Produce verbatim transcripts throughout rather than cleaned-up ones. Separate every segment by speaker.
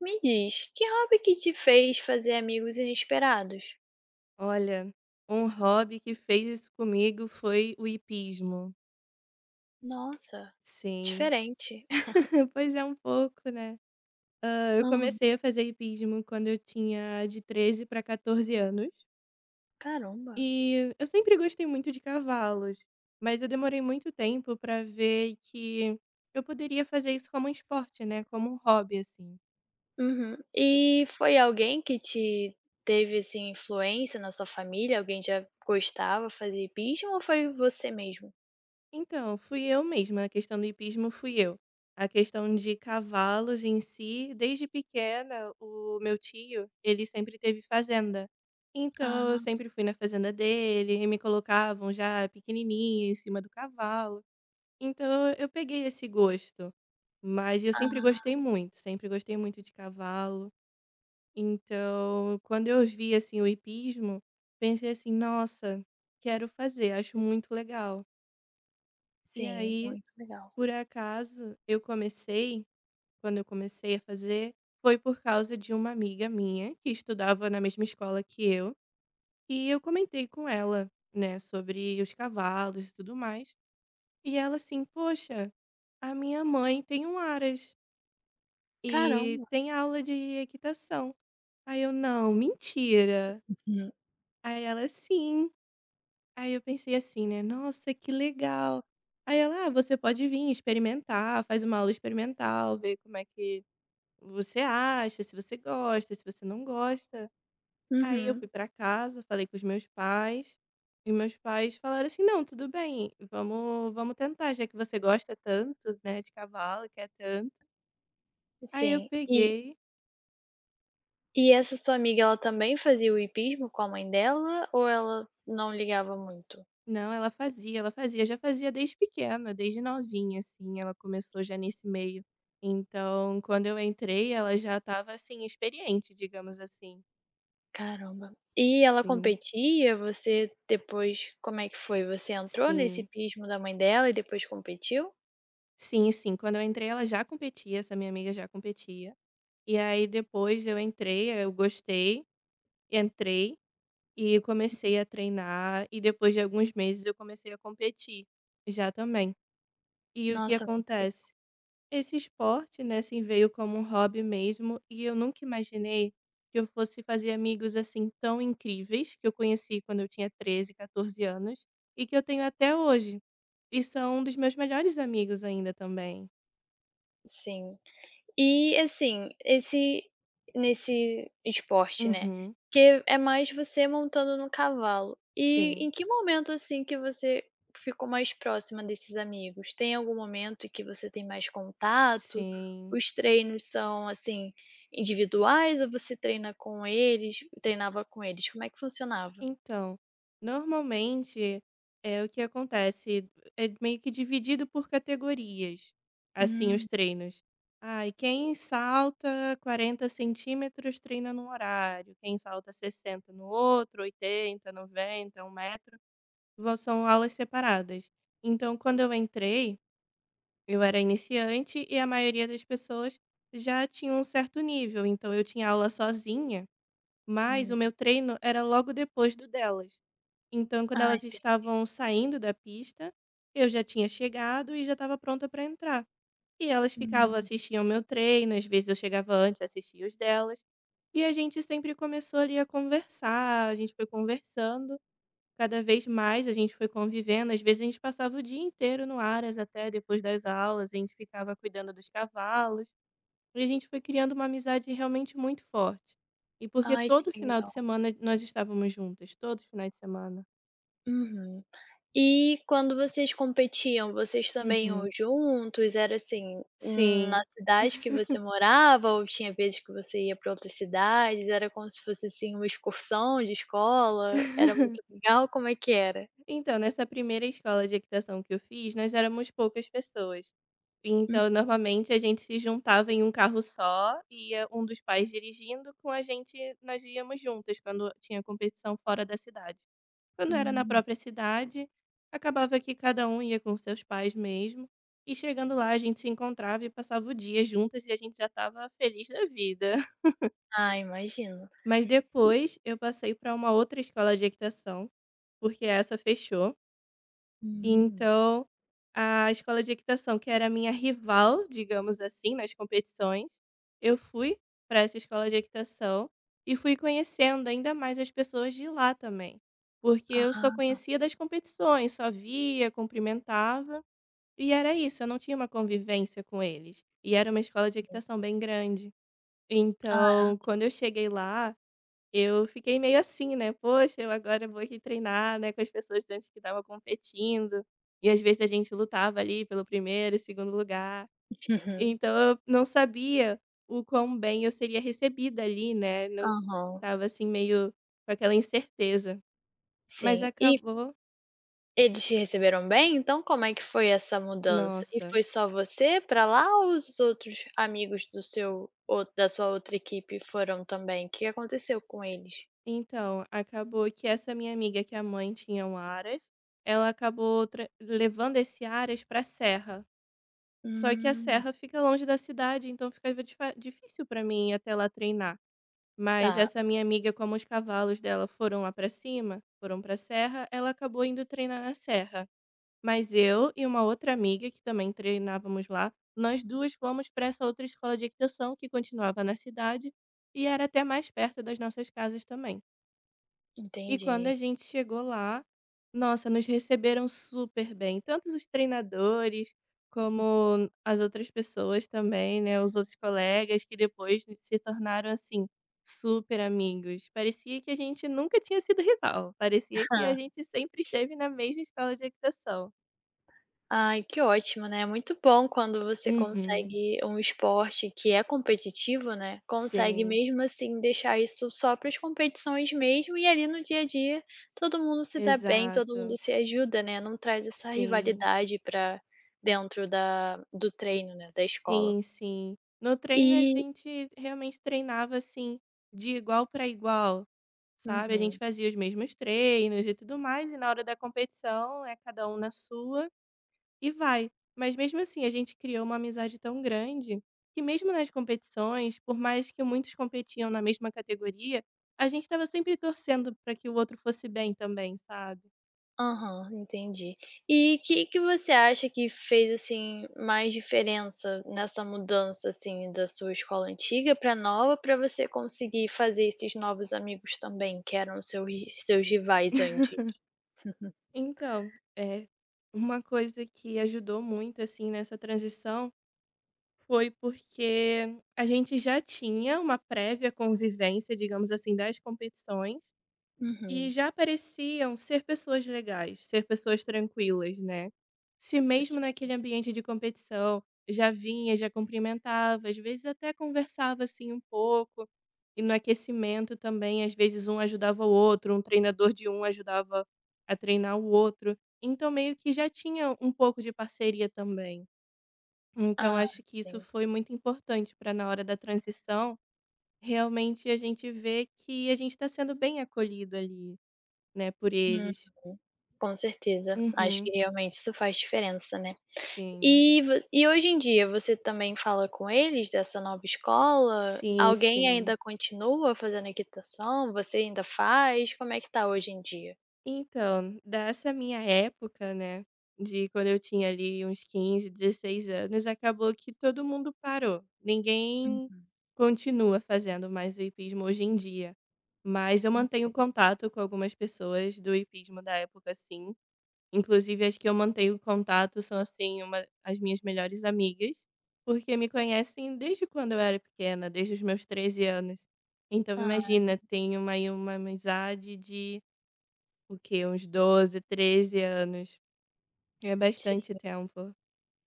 Speaker 1: Me diz, que hobby que te fez fazer amigos inesperados?
Speaker 2: Olha, um hobby que fez isso comigo foi o hipismo.
Speaker 1: Nossa,
Speaker 2: Sim.
Speaker 1: diferente.
Speaker 2: Pois é, um pouco, né. Hã, eu
Speaker 1: Aham.
Speaker 2: comecei a fazer hipismo quando eu tinha de treze para quatorze anos,
Speaker 1: Caramba.
Speaker 2: e eu sempre gostei muito de cavalos, mas eu demorei muito tempo para ver que eu poderia fazer isso como um esporte, né, como um hobby, assim.
Speaker 1: Uhum. E foi alguém que te teve, assim, influência na sua família? Alguém já gostava, fazia hipismo ou foi você mesmo?
Speaker 2: Então, fui eu mesma. A questão do hipismo fui eu. A questão de cavalos em si, desde pequena, o meu tio, ele sempre teve fazenda. Então, eu
Speaker 1: Ah,
Speaker 2: sempre fui na fazenda dele e me colocavam já pequenininha em cima do cavalo. Então, eu peguei esse gosto. Mas eu sempre
Speaker 1: ah,
Speaker 2: gostei muito, sempre gostei muito de cavalo. Então, quando eu vi assim o hipismo, pensei assim: "Nossa, quero fazer, acho muito legal". E
Speaker 1: sim,
Speaker 2: aí
Speaker 1: muito legal.
Speaker 2: por acaso, eu comecei quando eu comecei a fazer, foi por causa de uma amiga minha que estudava na mesma escola que eu, e eu comentei com ela, né, sobre os cavalos e tudo mais. E ela assim: "Poxa, a minha mãe tem um aras e
Speaker 1: Caramba.
Speaker 2: tem aula de equitação". Aí eu: "Não, mentira".
Speaker 1: Uhum.
Speaker 2: Aí ela: "Sim". Aí eu pensei assim, né: "Nossa, que legal". Aí ela: "Ah, você pode vir experimentar, faz uma aula experimental, ver como é que Você acha, se você gosta, se você não gosta. Aí eu
Speaker 1: Uhum,
Speaker 2: fui pra casa, falei com os meus pais, e meus pais falaram assim: "Não, tudo bem, vamos vamos tentar, já que você gosta tanto, né, de cavalo, quer tanto". Aí eu
Speaker 1: sim. E
Speaker 2: peguei
Speaker 1: e essa sua amiga, ela também fazia o hipismo com a mãe dela ou ela não ligava muito?
Speaker 2: não, ela fazia, ela fazia, já fazia desde pequena, desde novinha, assim, ela começou já nesse meio. Então, quando eu entrei, ela já estava, assim, experiente, digamos assim.
Speaker 1: Caramba. E ela
Speaker 2: Sim,
Speaker 1: competia? Você depois como é que foi? Você entrou nesse
Speaker 2: sim.
Speaker 1: pismo da mãe dela e depois competiu?
Speaker 2: Sim, sim, quando eu entrei, ela já competia, essa minha amiga já competia. E aí depois eu entrei, eu gostei, entrei e comecei a treinar e depois de alguns meses eu comecei a competir já também. E o que
Speaker 1: Nossa, muito le
Speaker 2: acontece? Esse esporte, né, assim, veio como um hobby mesmo e eu nunca imaginei que eu fosse fazer amigos assim tão incríveis que eu conheci quando eu tinha treze quatorze anos e que eu tenho até hoje. E são um dos meus melhores amigos ainda também.
Speaker 1: sim. E assim, esse nesse esporte, né,
Speaker 2: Uhum.
Speaker 1: que é mais você montando no cavalo. E
Speaker 2: Sim.
Speaker 1: em que momento, assim, que você ficou mais próxima desses amigos? Tem algum momento em que você tem mais contato?
Speaker 2: Sim.
Speaker 1: Os treinos são, assim, individuais ou você treina com eles treinava com eles? Como é que funcionava?
Speaker 2: Então, normalmente, é o que acontece é meio que dividido por categorias, assim, os
Speaker 1: Hum,
Speaker 2: treinos. Ai, quem salta quarenta centímetros treina num horário, quem salta sessenta no outro, oitenta noventa um metro, vão- são aulas separadas. Então, quando eu entrei, eu era iniciante e a maioria das pessoas já tinha um certo nível, então eu tinha aula sozinha. Mas
Speaker 1: hum.
Speaker 2: o meu treino era logo depois do delas. Então, quando
Speaker 1: Ah,
Speaker 2: elas
Speaker 1: entendi.
Speaker 2: estavam saindo da pista, eu já tinha chegado e já estava pronta para entrar. E elas ficavam,
Speaker 1: Hum.
Speaker 2: assistiam meu treino, às vezes eu chegava antes, assistia os delas. E a gente sempre começou ali a conversar, a gente foi conversando. Cada vez mais a gente foi convivendo. Às vezes a gente passava o dia inteiro no Aras até depois das aulas, a gente ficava cuidando dos cavalos. E a gente foi criando uma amizade realmente muito forte. E porque
Speaker 1: Ai, que
Speaker 2: todo final de
Speaker 1: legal.
Speaker 2: semana nós estávamos juntas, todos os finais de semana.
Speaker 1: Uhum. E quando vocês competiam, vocês também iam
Speaker 2: Uhum.
Speaker 1: juntos? Era assim, na
Speaker 2: Sim.
Speaker 1: cidade que você morava ou tinha vezes que você ia para outras cidades? Era como se fosse, assim, uma excursão de escola? Era muito legal? Como é que era?
Speaker 2: Então, nessa primeira escola de equitação que eu fiz, nós éramos poucas pessoas. Então, normalmente a gente se juntava em um carro só, ia um dos pais dirigindo, com a gente nós íamos juntas quando tinha competição fora da cidade. Quando era na
Speaker 1: Uhum.
Speaker 2: própria cidade, acabava que cada um ia com seus pais mesmo. E chegando lá, a gente se encontrava e passava o dia juntas e a gente já estava feliz da vida.
Speaker 1: Ah, imagino.
Speaker 2: Mas
Speaker 1: E
Speaker 2: depois eu passei para uma outra escola de equitação, porque essa fechou.
Speaker 1: Hum.
Speaker 2: Então, a escola de equitação, que era a minha rival, digamos assim, nas competições, eu fui para essa escola de equitação e fui conhecendo ainda mais as pessoas de lá também, porque eu só
Speaker 1: Ah,
Speaker 2: conhecia das competições, só via, cumprimentava, e era isso, eu não tinha uma convivência com eles. E era uma escola de equitação bem grande.
Speaker 1: ah,
Speaker 2: Então, quando eu cheguei lá, eu fiquei meio assim, né, "Poxa, eu agora vou aqui treinar, né, com as pessoas antes que estavam competindo", e às vezes a gente lutava ali pelo primeiro, º e segundo lugar,
Speaker 1: uhum,
Speaker 2: então eu não sabia o quão bem eu seria recebida ali, né, não
Speaker 1: aham,
Speaker 2: estava assim meio com aquela incerteza. Mas
Speaker 1: sim. E
Speaker 2: acabou
Speaker 1: Eles te receberam bem? Então como é que foi essa mudança? E
Speaker 2: nossa,
Speaker 1: foi só você pra lá ou os outros amigos do seu ou da sua outra equipe foram também? O que aconteceu com eles?
Speaker 2: então, acabou que essa minha amiga que a mãe tinha um aras, ela acabou tra levando esse aras pra serra. Só que a
Speaker 1: Hum,
Speaker 2: serra fica longe da cidade, então ficava difa difícil para mim ir até lá treinar. Mas
Speaker 1: tá,
Speaker 2: essa minha amiga, como os cavalos dela foram lá para cima, foram pra serra, ela acabou indo treinar na serra. Mas eu e uma outra amiga, que também treinávamos lá, nós duas fomos para essa outra escola de equitação que continuava na cidade e era até mais perto das nossas casas também. E quando
Speaker 1: entendi.
Speaker 2: a gente chegou lá, nossa, nos receberam super bem, tanto os treinadores como as outras pessoas também, né, os outros colegas que depois se tornaram assim super amigos. Parecia que a gente nunca tinha sido rival, parecia que a gente sempre esteve na mesma escola de equitação.
Speaker 1: Ai, que ótimo, né. É muito bom quando você
Speaker 2: Uhum.
Speaker 1: consegue um esporte que é competitivo, né, consegue
Speaker 2: Sim,
Speaker 1: mesmo assim deixar isso só para as competições mesmo, e ali no dia a dia todo mundo se dá bem, todo mundo
Speaker 2: exato.
Speaker 1: se ajuda, né, não traz essa
Speaker 2: Sim.
Speaker 1: rivalidade para dentro da do treino, né, da escola.
Speaker 2: Sim, sim. No treino a
Speaker 1: E
Speaker 2: gente realmente treinava, assim, de igual para igual, sabe. A gente
Speaker 1: uhum.
Speaker 2: fazia os mesmos treinos e tudo mais, e na hora da competição é cada um na sua e vai. Mas mesmo assim a gente criou uma amizade tão grande, que mesmo nas competições, por mais que muitos competiam na mesma categoria, a gente estava sempre torcendo para que o outro fosse bem também, sabe.
Speaker 1: Aham, entendi. E que que você acha que fez, assim, mais diferença nessa mudança, assim, da sua escola antiga para nova, para você conseguir fazer esses novos amigos também, que eram seus ri seus rivais antes? Uhum.
Speaker 2: Então, é uma coisa que ajudou muito, assim, nessa transição. Foi porque a gente já tinha uma prévia convivência, digamos assim, das competições e
Speaker 1: Uhum,
Speaker 2: já pareciam ser pessoas legais, ser pessoas tranquilas, né? Se mesmo
Speaker 1: sim.
Speaker 2: naquele ambiente de competição já vinha, já cumprimentava, às vezes até conversava assim um pouco. E no aquecimento também, às vezes um ajudava o outro, um treinador de um ajudava a treinar o outro. Então meio que já tinha um pouco de parceria também. Então
Speaker 1: Ah,
Speaker 2: acho que isso
Speaker 1: sim.
Speaker 2: foi muito importante para na hora da transição, realmente a gente ver que a gente está sendo bem acolhido ali, né, por
Speaker 1: Uhum.
Speaker 2: eles.
Speaker 1: Com certeza. Acho que
Speaker 2: Uhum.
Speaker 1: realmente isso faz diferença, né?
Speaker 2: Sim.
Speaker 1: E vo e hoje em dia você também fala com eles dessa nova escola?
Speaker 2: Sim,
Speaker 1: Alguém
Speaker 2: sim.
Speaker 1: ainda continua fazendo equitação? Você ainda faz? Como é que tá hoje em dia?
Speaker 2: Então, dessa minha época, né, de quando eu tinha ali uns quinze, dezesseis anos, acabou que todo mundo parou. Ninguém continua fazendo mais o hipismo hoje em dia. Mas eu
Speaker 1: Uhum.
Speaker 2: mantenho contato com algumas pessoas do hipismo da época, sim. Inclusive as que eu mantenho contato são, assim, uma as minhas melhores amigas, porque me conhecem desde quando eu era pequena, desde os meus treze anos. Então
Speaker 1: Ah,
Speaker 2: imagina, tenho uma aí uma amizade de o quê? Uns doze, treze anos. É
Speaker 1: sim,
Speaker 2: bastante tempo.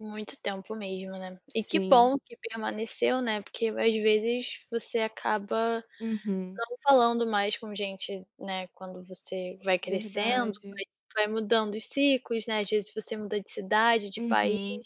Speaker 1: muito tempo mesmo, né. E que
Speaker 2: Sim.
Speaker 1: bom que permaneceu, né, porque às vezes você acaba
Speaker 2: Uhum.
Speaker 1: não falando mais com gente, né, quando você vai crescendo,
Speaker 2: Verdade.
Speaker 1: vai vai mudando os ciclos, né, às vezes você muda de cidade, de país,
Speaker 2: Uhum.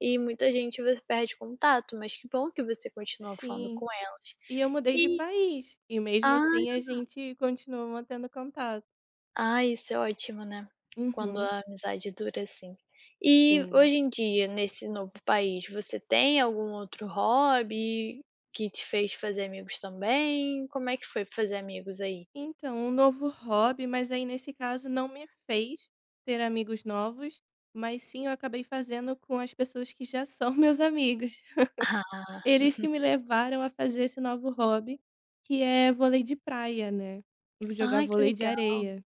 Speaker 1: e muita gente você perde contato, mas que bom que você continua falando
Speaker 2: Sim.
Speaker 1: com elas.
Speaker 2: E eu mudei de
Speaker 1: E
Speaker 2: país, e mesmo
Speaker 1: ah
Speaker 2: assim a gente continua mantendo contato.
Speaker 1: ah, isso é ótimo, né, quando
Speaker 2: Uhum.
Speaker 1: a amizade dura assim. E
Speaker 2: Sim.
Speaker 1: hoje em dia, nesse novo país, você tem algum outro hobby que te fez fazer amigos também? Como é que foi fazer amigos aí?
Speaker 2: Então, um novo hobby, mas aí nesse caso não me fez ter amigos novos, mas sim eu acabei fazendo com as pessoas que já são meus amigos.
Speaker 1: Ah,
Speaker 2: Eles que me levaram a fazer esse novo hobby, que é vôlei de praia, né? Vou jogar
Speaker 1: ai que
Speaker 2: vôlei de
Speaker 1: legal.
Speaker 2: areia.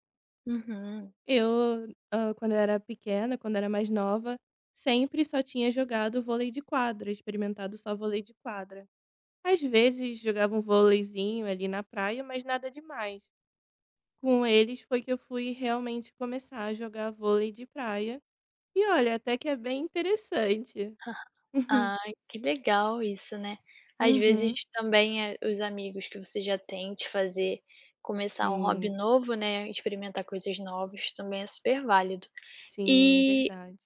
Speaker 1: Uhum.
Speaker 2: Eu, ah, quando eu era pequena, quando eu era mais nova, sempre só tinha jogado vôlei de quadra, experimentado só vôlei de quadra. Às vezes jogava um vôleizinho ali na praia, mas nada demais. Com eles foi que eu fui realmente começar a jogar vôlei de praia. E olha, até que é bem interessante.
Speaker 1: Ah, que legal isso, né. Às vezes
Speaker 2: Uhum.
Speaker 1: também, eh, os amigos que você já tem te fazer começar um hobby
Speaker 2: Sim,
Speaker 1: novo, né, experimentar coisas novas também é super válido.
Speaker 2: sim,
Speaker 1: E
Speaker 2: verdade.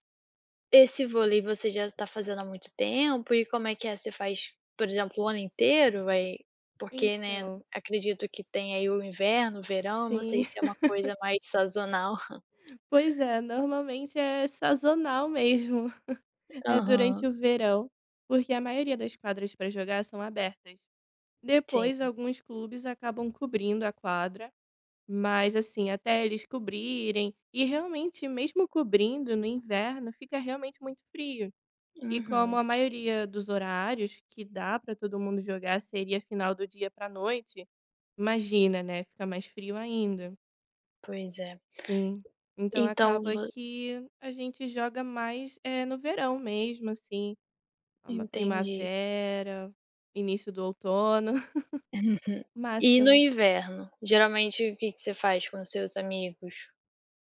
Speaker 1: esse vôlei você já tá fazendo há muito tempo e como é que é? Você faz, por exemplo, o ano inteiro? Vai porque, né,
Speaker 2: Então,
Speaker 1: acredito que tem aí o inverno, o verão, não sei
Speaker 2: sim.
Speaker 1: se é uma coisa mais sazonal.
Speaker 2: Pois é, normalmente é sazonal mesmo. É durante
Speaker 1: Aham,
Speaker 2: o verão, porque a maioria das quadras para jogar são abertas.
Speaker 1: sim.
Speaker 2: Depois, alguns clubes acabam cobrindo a quadra. Mas assim, até eles cobrirem e realmente mesmo cobrindo no inverno fica realmente muito frio. E como
Speaker 1: Uhum,
Speaker 2: a maioria dos horários que dá para todo mundo jogar seria final do dia para noite, imagina, né? Fica mais frio ainda.
Speaker 1: pois é.
Speaker 2: Sim. Então
Speaker 1: Então
Speaker 2: acaba
Speaker 1: vo
Speaker 2: que a gente joga mais é, no verão mesmo, assim, uma
Speaker 1: entendi.
Speaker 2: primavera, início do outono,
Speaker 1: Uhum. E no
Speaker 2: máximo.
Speaker 1: inverno, geralmente o que que você faz com os seus amigos?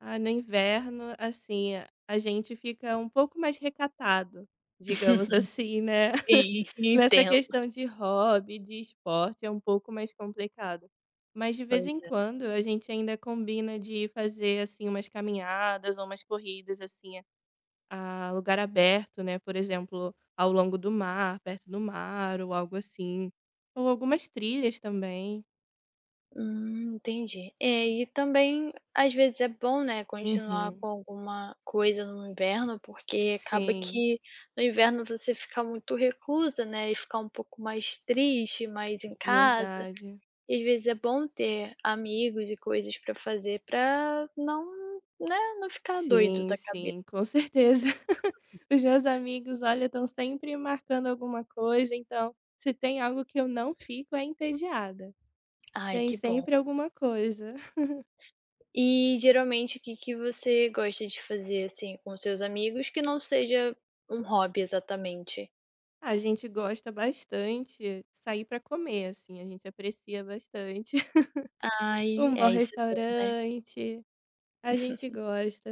Speaker 2: Ah, no inverno, assim, a gente fica um pouco mais recatado, digamos assim, né?
Speaker 1: Sim,
Speaker 2: Nessa
Speaker 1: entendo,
Speaker 2: questão de hobby, de esporte, é um pouco mais complicado. Mas de vez
Speaker 1: pois
Speaker 2: em
Speaker 1: é.
Speaker 2: quando a gente ainda combina de fazer assim umas caminhadas ou umas corridas assim a lugar aberto, né? Por exemplo, ao longo do mar, perto do mar ou algo assim, ou algumas trilhas também.
Speaker 1: Hum, entendi. É, e também às vezes é bom, né, continuar
Speaker 2: Uhum.
Speaker 1: com alguma coisa no inverno, porque acaba
Speaker 2: Sim,
Speaker 1: que no inverno você fica muito reclusa, né, e fica um pouco mais triste, mais em casa,
Speaker 2: verdade.
Speaker 1: e às vezes é bom ter amigos e coisas para fazer para não, né, não ficar doido
Speaker 2: Sim,
Speaker 1: da cabeça.
Speaker 2: sim, com certeza. Os meus amigos, olha, estão sempre marcando alguma coisa, então se tem algo que eu não fico é entediada.
Speaker 1: Ai,
Speaker 2: Tem
Speaker 1: que bom.
Speaker 2: sempre alguma coisa.
Speaker 1: E geralmente o que que você gosta de fazer, assim, com os seus amigos que não seja um hobby exatamente?
Speaker 2: A gente gosta bastante sair para comer, assim, a gente aprecia bastante
Speaker 1: Ai,
Speaker 2: um bom
Speaker 1: é isso é bom, né.
Speaker 2: restaurante, a gente gosta.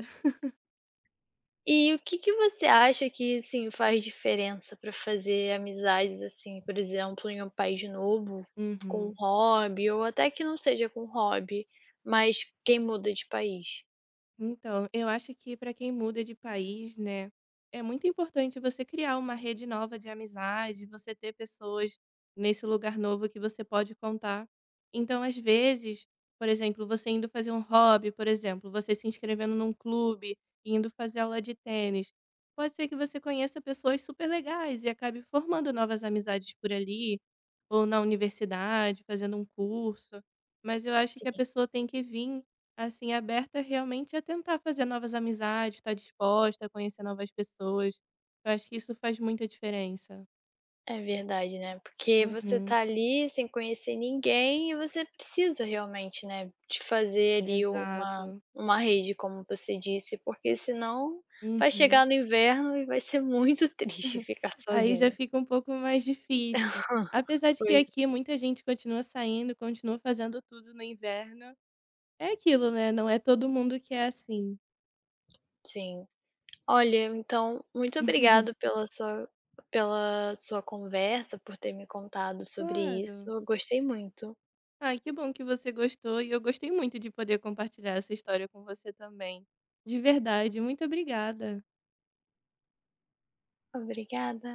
Speaker 1: E o que que você acha que, assim, faz diferença pra fazer amizades, assim, por exemplo, em um país novo, com um
Speaker 2: Uhum.
Speaker 1: hobby ou até que não seja com hobby, mas quem muda de país?
Speaker 2: Então, eu acho que para quem muda de país, né, é muito importante você criar uma rede nova de amizade, você ter pessoas nesse lugar novo que você pode contar. Então, às vezes, por exemplo, você indo fazer um hobby, por exemplo, você se inscrevendo num clube, indo fazer aula de tênis, pode ser que você conheça pessoas super legais e acabe formando novas amizades por ali, ou na universidade, fazendo um curso. Mas eu acho que a pessoa tem que vir assim, aberta realmente a tentar fazer novas amizades, estar disposta a conhecer novas pessoas. Eu acho que isso faz muita diferença.
Speaker 1: É verdade, né, porque você
Speaker 2: Uhum.
Speaker 1: tá ali sem conhecer ninguém e você precisa realmente, né, de fazer ali uma
Speaker 2: Exato.
Speaker 1: uma rede, como você disse, porque senão vai
Speaker 2: Uhum.
Speaker 1: chegar no inverno e vai ser muito triste ficar
Speaker 2: Aí já
Speaker 1: sozinho.
Speaker 2: fica um pouco mais difícil. Apesar de que
Speaker 1: Pois
Speaker 2: aqui muita gente continua saindo, continua fazendo tudo no inverno. É aquilo, né? Não é todo mundo que é assim.
Speaker 1: sim. Olha, então, muito obrigado pela sua pela sua conversa, por ter me contado sobre isso,
Speaker 2: Claro.
Speaker 1: eu gostei muito.
Speaker 2: Ai, que bom que você gostou e eu gostei muito de poder compartilhar essa história com você também. De verdade, muito obrigada.
Speaker 1: Obrigada.